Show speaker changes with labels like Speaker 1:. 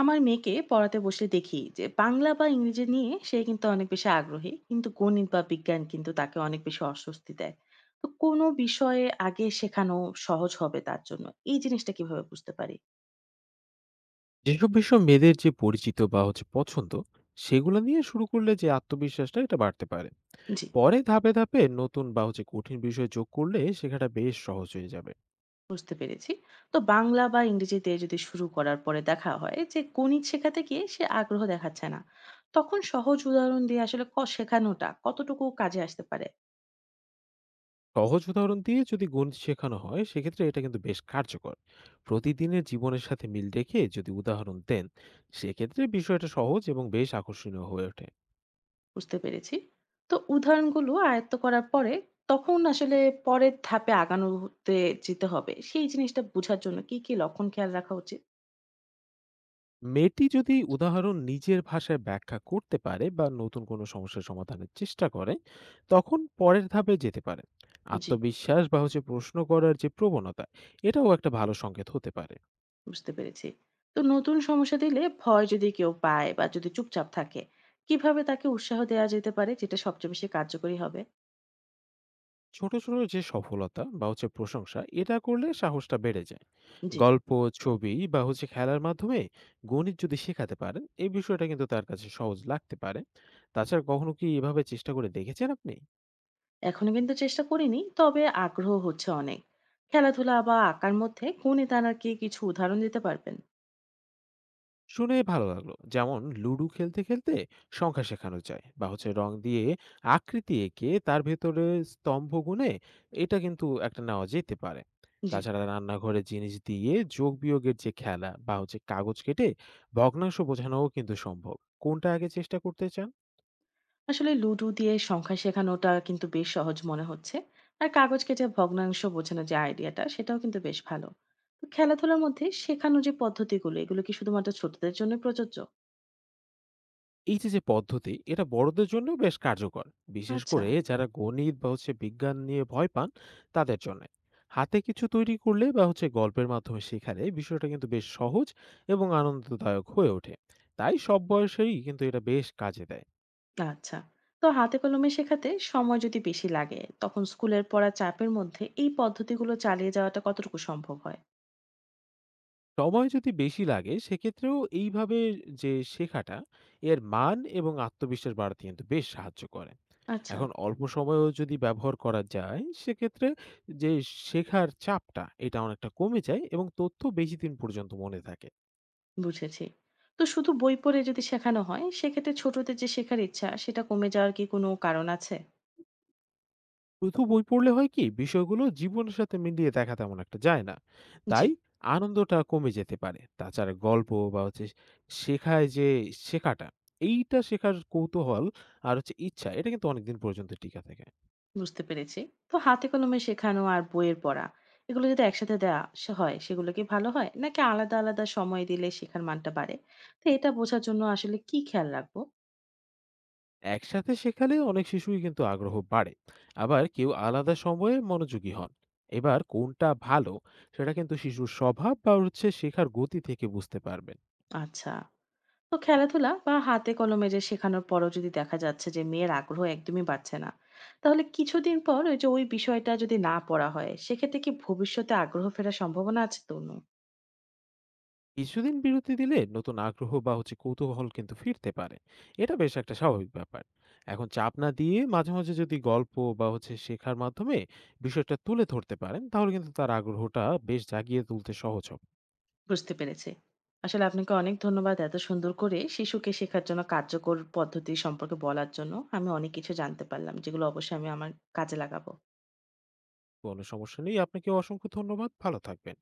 Speaker 1: আমার মেয়েকে পড়াতে বসলে দেখি যে বাংলা বা ইংরেজি নিয়ে সে কিন্তু অনেক বেশি আগ্রহী, কিন্তু গণিত বা বিজ্ঞান কিন্তু তাকে অনেক বেশি অস্বস্তি দেয়। তো কোনো বিষয়ে আগে শেখানো সহজ হবে তার জন্য, এই জিনিসটা কিভাবে বুঝতে পারি?
Speaker 2: যেসব বিষয় মেয়েদের যে পরিচিত বা হচ্ছে পছন্দ, সেগুলো নিয়ে শুরু করলে যে আত্মবিশ্বাসটা এটা বাড়তে পারে।
Speaker 1: জি।
Speaker 2: পরে ধাপে ধাপে নতুন বা হচ্ছে কঠিন বিষয় যোগ করলে শেখাটা বেশ সহজ হয়ে যাবে।
Speaker 1: বুঝতে পেরেছি। তো বাংলা বা ইংরেজিতে যদি শুরু করার পরে দেখা হয় যে গণিত শেখাতে গিয়ে সে আগ্রহ দেখাচ্ছে না, তখন সহজ উদাহরণ দিয়ে আসলে ক শেখানোটা কতটুকু কাজে আসতে পারে?
Speaker 2: সহজ উদাহরণ দিয়ে যদি গুণ শেখানো হয়, সেক্ষেত্রে এটা কিন্তু বেশ কার্যকর। প্রতিদিনের জীবনের সাথে মিল রেখে যদি উদাহরণ দেন, সেক্ষেত্রে বিষয়টা সহজ এবং বেশ আকর্ষণীয় হয়ে ওঠে।
Speaker 1: বুঝতে পেরেছি। তো উদাহরণগুলো আয়ত্ত করার পরে তখন আসলে পরের ধাপে আগানোতে যেতে হবে। সেই জিনিসটা বোঝার জন্য কি লক্ষণ খেয়াল রাখা উচিত?
Speaker 2: মেয়েটি যদি উদাহরণ নিজের ভাষায় ব্যাখ্যা করতে পারে বা নতুন কোনো সমস্যার সমাধানের চেষ্টা করে, তখন পরের ধাপে যেতে পারে।
Speaker 1: জি।
Speaker 2: আত্মবিশ্বাস বা হচ্ছে প্রশ্ন করার যে প্রবণতা, এটাও একটা ভালো সংকেত হতে পারে।
Speaker 1: বুঝতে পেরেছি। তো নতুন সমস্যা দিলে ভয় যদি কেউ পায় বা যদি চুপচাপ থাকে, কিভাবে তাকে উৎসাহ দেওয়া যেতে পারে যেটা সবচেয়ে বেশি কার্যকরী হবে?
Speaker 2: ছোট ছোট যে সফলতা বা হচ্ছে প্রশংসা, এটা করলে সাহসটা বেড়ে যায়।
Speaker 1: জি।
Speaker 2: গল্প, ছবি বা হচ্ছে খেলার মাধ্যমে গণিত যদি শেখাতে পারেন, এই বিষয়টা কিন্তু তার কাছে সহজ লাগতে পারে। তাছাড়া কখনো কি এভাবে চেষ্টা করে দেখেছেন আপনি?
Speaker 1: এখনো কিন্তু চেষ্টা করিনি, তবে আগ্রহ হচ্ছে অনেক। খেলাধুলা বা আঁকার মধ্যে কোন দানার কি কিছু উদাহরণ দিতে পারবেন?
Speaker 2: শুনে ভালো লাগলো। যেমন লুডো খেলতে খেলতে সংখ্যা শেখানো যায়, বা হচ্ছে রং দিয়ে আকৃতি এঁকে তার ভেতরে স্তম্ভ গুণে, এটা কিন্তু একটা নেওয়া যেতে পারে।
Speaker 1: জি।
Speaker 2: তাছাড়া রান্নাঘরে জিনিস দিয়ে যোগ বিয়োগের যে খেলা, বা হচ্ছে কাগজ কেটে ভগ্নাংশ বোঝানোও কিন্তু সম্ভব। কোনটা আগে চেষ্টা করতে চান?
Speaker 1: আসলে লুডো দিয়ে সংখ্যা শেখানোটা কিন্তু বেশ সহজ মনে হচ্ছে। আর কাগজ কেটে ভগ্নাংশ বোঝানোর যে আইডিয়াটা সেটাও কিন্তু বেশ ভালো। তো খেলাধুলার মধ্যে শেখানো যে পদ্ধতিগুলো, এগুলো কি শুধুমাত্র ছোটদের জন্য প্রযোজ্য?
Speaker 2: যে পদ্ধতি, এটা বড়দের জন্য বেশ কার্যকর। বিশেষ
Speaker 1: আচ্ছা।
Speaker 2: করে যারা গণিত বা হচ্ছে বিজ্ঞান নিয়ে ভয় পান, তাদের জন্যে। হাতে কিছু তৈরি করলে বা হচ্ছে গল্পের মাধ্যমে শেখালে বিষয়টা কিন্তু বেশ সহজ এবং আনন্দদায়ক হয়ে ওঠে। তাই সব বয়সেই কিন্তু এটা বেশ কাজে দেয়।
Speaker 1: আচ্ছা। তো হাতে কলমে শেখাতে সময় যদি বেশি লাগে, তখন স্কুলের পড়া চাপের মধ্যে এই পদ্ধতিগুলো চালিয়ে যাওয়াটা কতটুকু সম্ভব হয়?
Speaker 2: সময় যদি বেশি লাগে, সেক্ষেত্রেও এইভাবে শেখাটা এর মান এবং আত্মবিশ্বাস বাড়াতে কিন্তু বেশ সাহায্য করে।
Speaker 1: আচ্ছা।
Speaker 2: এখন অল্প সময়েও যদি ব্যবহার করা যায়, সেক্ষেত্রে যে শেখার চাপটা এটা অনেকটা কমে যায় এবং তথ্য বেশিদিন পর্যন্ত মনে থাকে।
Speaker 1: বুঝেছি। তো শুধু বই পড়ে যদি শেখানো হয়, সেক্ষেত্রে ছোটদের যে শেখার ইচ্ছা সেটা কমে যাওয়ার কি কোনো কারণ আছে?
Speaker 2: শুধু বই পড়লে হয় কি, বিষয়গুলো জীবনের সাথে মিলিয়ে দেখা তেমন একটা যায় না।
Speaker 1: জি।
Speaker 2: তাই আনন্দটা কমে যেতে পারে। তাছাড়া গল্প বা হচ্ছে শেখায় যে শেখাটা, এইটা শেখার কৌতূহল আর হচ্ছে ইচ্ছা, এটা কিন্তু অনেকদিন পর্যন্ত টিকে থাকে।
Speaker 1: বুঝতে পেরেছি। তো হাতে কলমে শেখানো আর বইয়ের পড়া, এগুলো যদি একসাথে দেয়া স হয় সেগুলো কি ভালো হয়? নাকি আলাদা আলাদা সময় দিলে শেখার মানটা বাড়ে? তো এটা বোঝার জন্য আসলে কি খেয়াল রাখবো?
Speaker 2: একসাথে শেখালে অনেক শিশুই কিন্তু আগ্রহ বাড়ে, আবার কেউ আলাদা সময়ে মনোযোগী হন। এবার কোনটা ভালো, সেটা কিন্তু শিশুর স্বভাব বা হচ্ছে শেখার গতি থেকে বুঝতে পারবেন।
Speaker 1: আচ্ছা। তো খেলাধুলা বা হাতে কলমে যে শেখানোর পরও যদি দেখা যাচ্ছে যে মেয়ের আগ্রহ একদমই বাড়ছে না, তাহলে কিছুদিন পর ওই বিষয়টা যদি না পড়া হয়, সেক্ষেত্রে কি ভবিষ্যতে আগ্রহ ফেরার সম্ভাবনা আছে তনু?
Speaker 2: কিছুদিন বিরতি দিলে নতুন আগ্রহ বা হচ্ছে কৌতূহল কিন্তু ফিরতে পারে। এটা বেশ একটা স্বাভাবিক ব্যাপার। এখন চাপ না দিয়ে মাঝে মাঝে যদি গল্প বা হচ্ছে শেখার মাধ্যমে বিষয়টা তুলে ধরতে পারেন, তাহলে কিন্তু তার আগ্রহটা বেশ জাগিয়ে তুলতে সহজ হবে।
Speaker 1: বুঝতে পেরেছি। আসলে আপনাকে অনেক ধন্যবাদ এত সুন্দর করে শিশুকে শেখার জন্য কার্যকর পদ্ধতি সম্পর্কে বলার জন্য। আমি অনেক কিছু জানতে পারলাম যেগুলো অবশ্যই আমি আমার কাজে লাগাবো।
Speaker 2: কোনো সমস্যা নেই। আপনাকে অসংখ্য ধন্যবাদ। ভালো থাকবেন।